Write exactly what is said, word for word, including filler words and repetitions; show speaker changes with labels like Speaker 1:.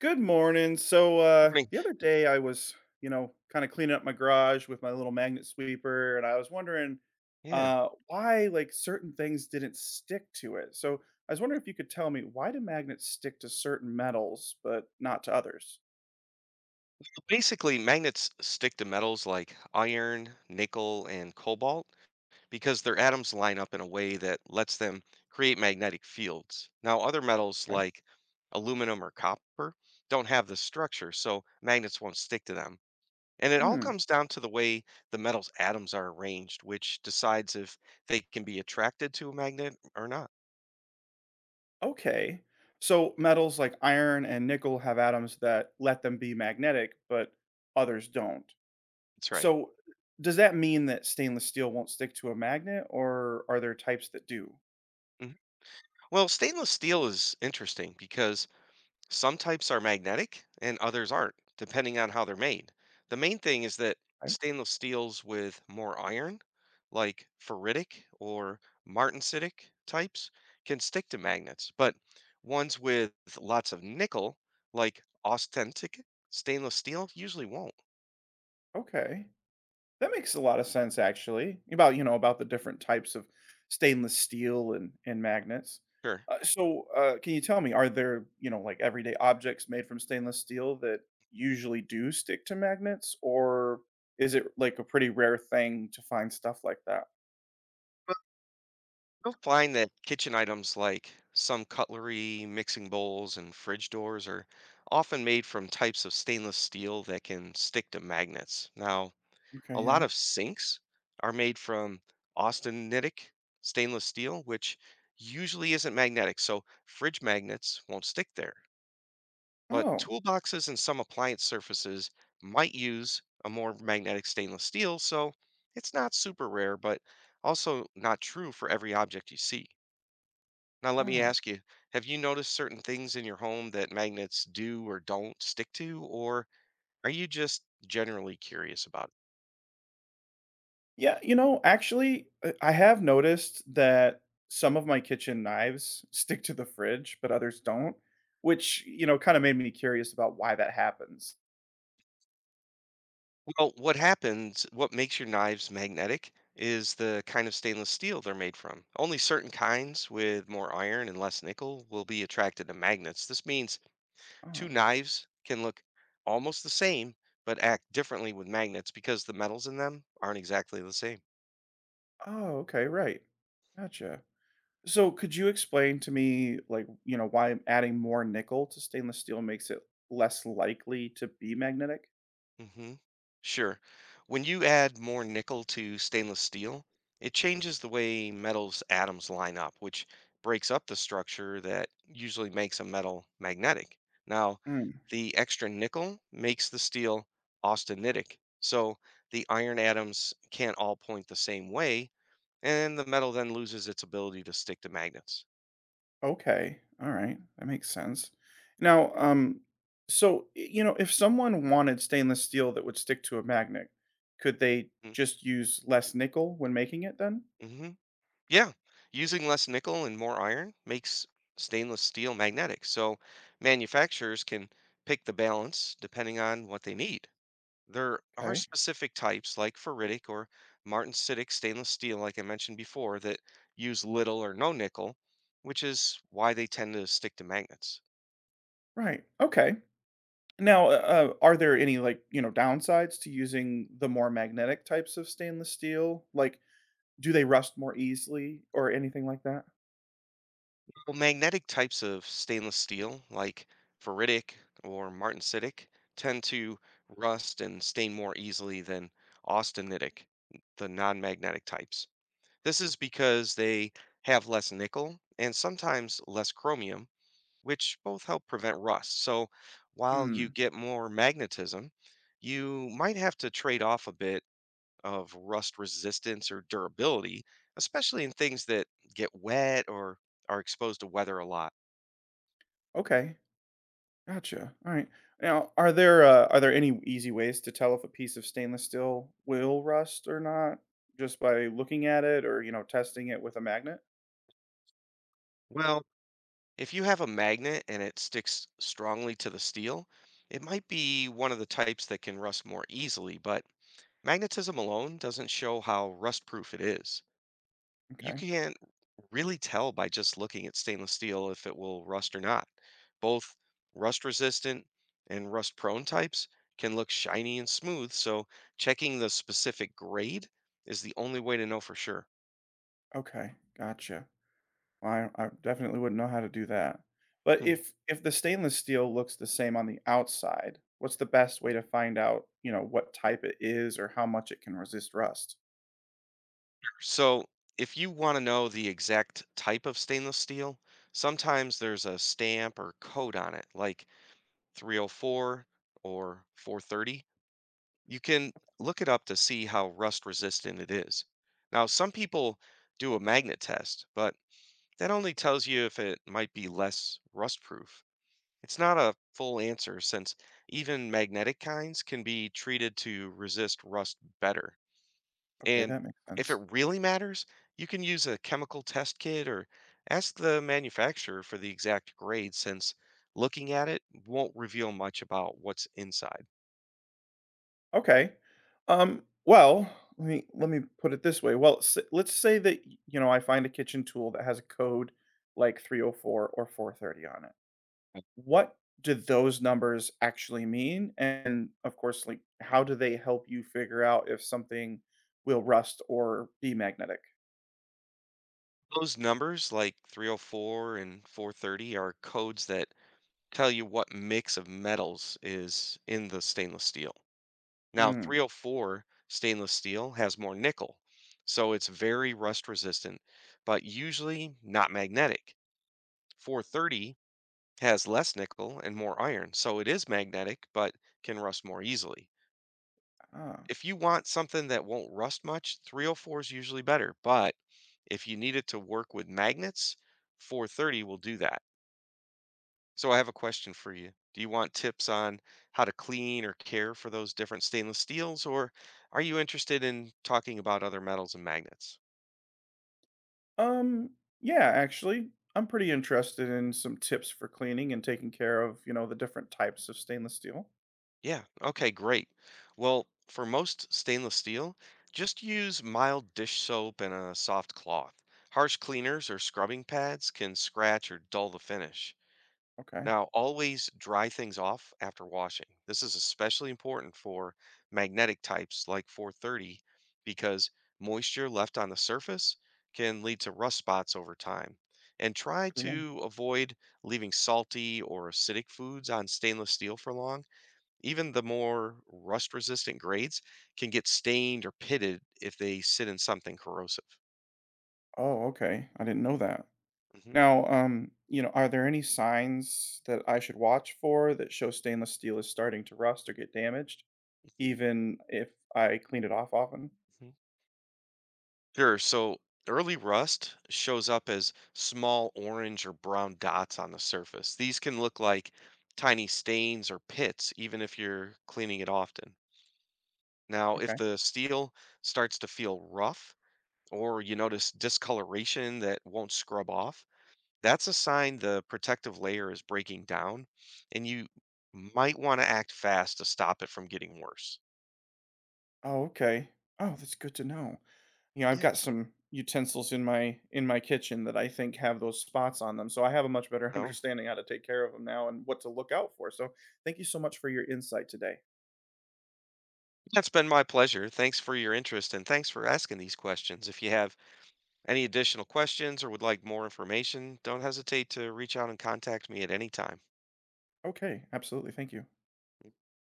Speaker 1: Good morning. So uh
Speaker 2: Morning.
Speaker 1: the other day I was, you know, kind of cleaning up my garage with my little magnet sweeper and I was wondering
Speaker 2: Yeah.
Speaker 1: uh why like certain things didn't stick to it. So I was wondering if you could tell me, why do magnets stick to certain metals but not to others?
Speaker 2: Basically, magnets stick to metals like iron, nickel, and cobalt because their atoms line up in a way that lets them create magnetic fields. Now, other metals
Speaker 1: Okay.
Speaker 2: like aluminum or copper don't have this structure, so magnets won't stick to them. And it all
Speaker 1: Hmm.
Speaker 2: comes down to the way the metal's atoms are arranged, which decides if they can be attracted to a magnet or not.
Speaker 1: Okay. So metals like iron and nickel have atoms that let them be magnetic, but others don't.
Speaker 2: That's right.
Speaker 1: So does that mean that stainless steel won't stick to a magnet, or are there types that do?
Speaker 2: Mhm. Well, stainless steel is interesting because some types are magnetic and others aren't, depending on how they're made. The main thing is that stainless steels with more iron, like ferritic or martensitic types, can stick to magnets, but ones with lots of nickel, like austenitic stainless steel, usually won't.
Speaker 1: Okay. That makes a lot of sense actually, about, you know, about the different types of stainless steel and and magnets.
Speaker 2: Sure.
Speaker 1: Uh, so, uh, can you tell me, are there, you know, like, everyday objects made from stainless steel that usually do stick to magnets, or is it like a pretty rare thing to find stuff like that?
Speaker 2: You'll find that kitchen items like some cutlery, mixing bowls, and fridge doors are often made from types of stainless steel that can stick to magnets. Now, a
Speaker 1: Okay,
Speaker 2: lot
Speaker 1: yeah.
Speaker 2: of sinks are made from austenitic stainless steel, which usually isn't magnetic, so fridge magnets won't stick there. But
Speaker 1: Oh,
Speaker 2: toolboxes and some appliance surfaces might use a more magnetic stainless steel, so it's not super rare, but also not true for every object you see. Now, let me
Speaker 1: oh.
Speaker 2: ask you, have you noticed certain things in your home that magnets do or don't stick to, or are you just generally curious about it?
Speaker 1: Yeah, you know, actually, uh, I have noticed that some of my kitchen knives stick to the fridge, but others don't, which, you know, kind of made me curious about why that happens.
Speaker 2: Well, what happens, what makes your knives magnetic is the kind of stainless steel they're made from. Only certain kinds with more iron and less nickel will be attracted to magnets. This means
Speaker 1: Oh,
Speaker 2: two knives can look almost the same, but act differently with magnets because the metals in them aren't exactly the same.
Speaker 1: oh, okay, right. Gotcha. So could you explain to me, like, you know, why adding more nickel to stainless steel makes it less likely to be magnetic?
Speaker 2: Mhm. Sure. When you add more nickel to stainless steel, it changes the way metals atoms line up, which breaks up the structure that usually makes a metal magnetic. Now,
Speaker 1: Hmm.
Speaker 2: the extra nickel makes the steel austenitic, so the iron atoms can't all point the same way, and the metal then loses its ability to stick to magnets.
Speaker 1: Okay. All right. That makes sense. Now, um, so, y- you know, if someone wanted stainless steel that would stick to a magnet, could they just use less nickel when making it then?
Speaker 2: Mm-hmm. Yeah, using less nickel and more iron makes stainless steel magnetic, so manufacturers can pick the balance depending on what they need. There are
Speaker 1: Okay.
Speaker 2: specific types like ferritic or martensitic stainless steel, like I mentioned before, that use little or no nickel, which is why they tend to stick to magnets.
Speaker 1: Right. Okay. Now, uh, uh, are there any, like, you know, downsides to using the more magnetic types of stainless steel? Like, do they rust more easily or anything like that?
Speaker 2: Well, magnetic types of stainless steel, like ferritic or martensitic, tend to rust and stain more easily than austenitic, the non-magnetic types. This is because they have less nickel and sometimes less chromium, which both help prevent rust. So while you
Speaker 1: Hmm.
Speaker 2: get more magnetism, you might have to trade off a bit of rust resistance or durability, especially in things that get wet or are exposed to weather a lot.
Speaker 1: Okay. Gotcha. All right. Now, are there uh, are there any easy ways to tell if a piece of stainless steel will rust or not, just by looking at it or, you know testing it with a magnet?
Speaker 2: Well, if you have a magnet and it sticks strongly to the steel, it might be one of the types that can rust more easily, but magnetism alone doesn't show how rust-proof it is. You
Speaker 1: Okay.
Speaker 2: can't really tell by just looking at stainless steel if it will rust or not. Both rust-resistant and rust-prone types can look shiny and smooth, so checking the specific grade is the only way to know for sure.
Speaker 1: Okay. Gotcha. I I definitely wouldn't know how to do that. But
Speaker 2: Hmm.
Speaker 1: if if the stainless steel looks the same on the outside, what's the best way to find out, you know, what type it is or how much it can resist rust?
Speaker 2: So, if you want to know the exact type of stainless steel, sometimes there's a stamp or code on it, like three oh four or four thirty. You can
Speaker 1: Okay.
Speaker 2: look it up to see how rust resistant it is. Now, some people do a magnet test, but that only tells you if it might be less rust proof. It's not a full answer since even magnetic kinds can be treated to resist rust better.
Speaker 1: Okay,
Speaker 2: And
Speaker 1: that makes
Speaker 2: if it
Speaker 1: sense.
Speaker 2: really matters, you can use a chemical test kit or ask the manufacturer for the exact grade since looking at it won't reveal much about what's inside.
Speaker 1: Okay. Um, well, let me let me put it this way. Well, s Let's say that, y you know, I find a kitchen tool that has a code like three oh four or four thirty on it.
Speaker 2: Right.
Speaker 1: What do those numbers actually mean? And of course, like, how do they help you figure out if something will rust or be magnetic?
Speaker 2: Those numbers, like 304 and 430, are codes that tell you what mix of metals is in the stainless steel. Now,
Speaker 1: Mm,
Speaker 2: three oh four stainless steel has more nickel, so it's very rust resistant, but usually not magnetic. four thirty has less nickel and more iron, so it is magnetic but can rust more easily.
Speaker 1: ah.
Speaker 2: If you want something that won't rust much, three oh four is usually better, but if you need it to work with magnets, four thirty will do that. So I have a question for you. Do you want tips on how to clean or care for those different stainless steels, or are you interested in talking about other metals and magnets?
Speaker 1: Um, yeah, actually, I'm pretty interested in some tips for cleaning and taking care of, you know, the different types of stainless steel.
Speaker 2: Yeah, okay, great. Well, for most stainless steel, just use mild dish soap and a soft cloth. Harsh cleaners or scrubbing pads can scratch or dull the finish.
Speaker 1: Okay.
Speaker 2: Now, always dry things off after washing. This is especially important for magnetic types like four thirty because moisture left on the surface can lead to rust spots over time. And try to avoid leaving salty or acidic foods on stainless steel for long, even the more rust resistant grades can get stained or pitted if they sit in something corrosive.
Speaker 1: Oh, okay. I didn't know that.
Speaker 2: Hmm.
Speaker 1: Now, um, you know, are there any signs that I should watch for that show stainless steel is starting to rust or get damaged,
Speaker 2: Mhm,
Speaker 1: even if I clean it off often?
Speaker 2: mhm. Sure. So early rust shows up as small orange or brown dots on the surface. These can look like tiny stains or pits, even if you're cleaning it often. Now, if
Speaker 1: Okay.
Speaker 2: the steel starts to feel rough or you notice discoloration that won't scrub off, that's a sign the protective layer is breaking down and you might want to act fast to stop it from getting worse.
Speaker 1: Oh, okay. Oh, that's good to know. You know, I've
Speaker 2: Yeah.
Speaker 1: got some utensils in my in my kitchen that I think have those spots on them, so I have a much better
Speaker 2: No,
Speaker 1: understanding how to take care of them now and what to look out for. So, thank you so much for your insight today.
Speaker 2: that's been my pleasure. Thanks for your interest and thanks for asking these questions. If you have any additional questions or would like more information, don't hesitate to reach out and contact me at any time.
Speaker 1: Okay, absolutely. Thank you.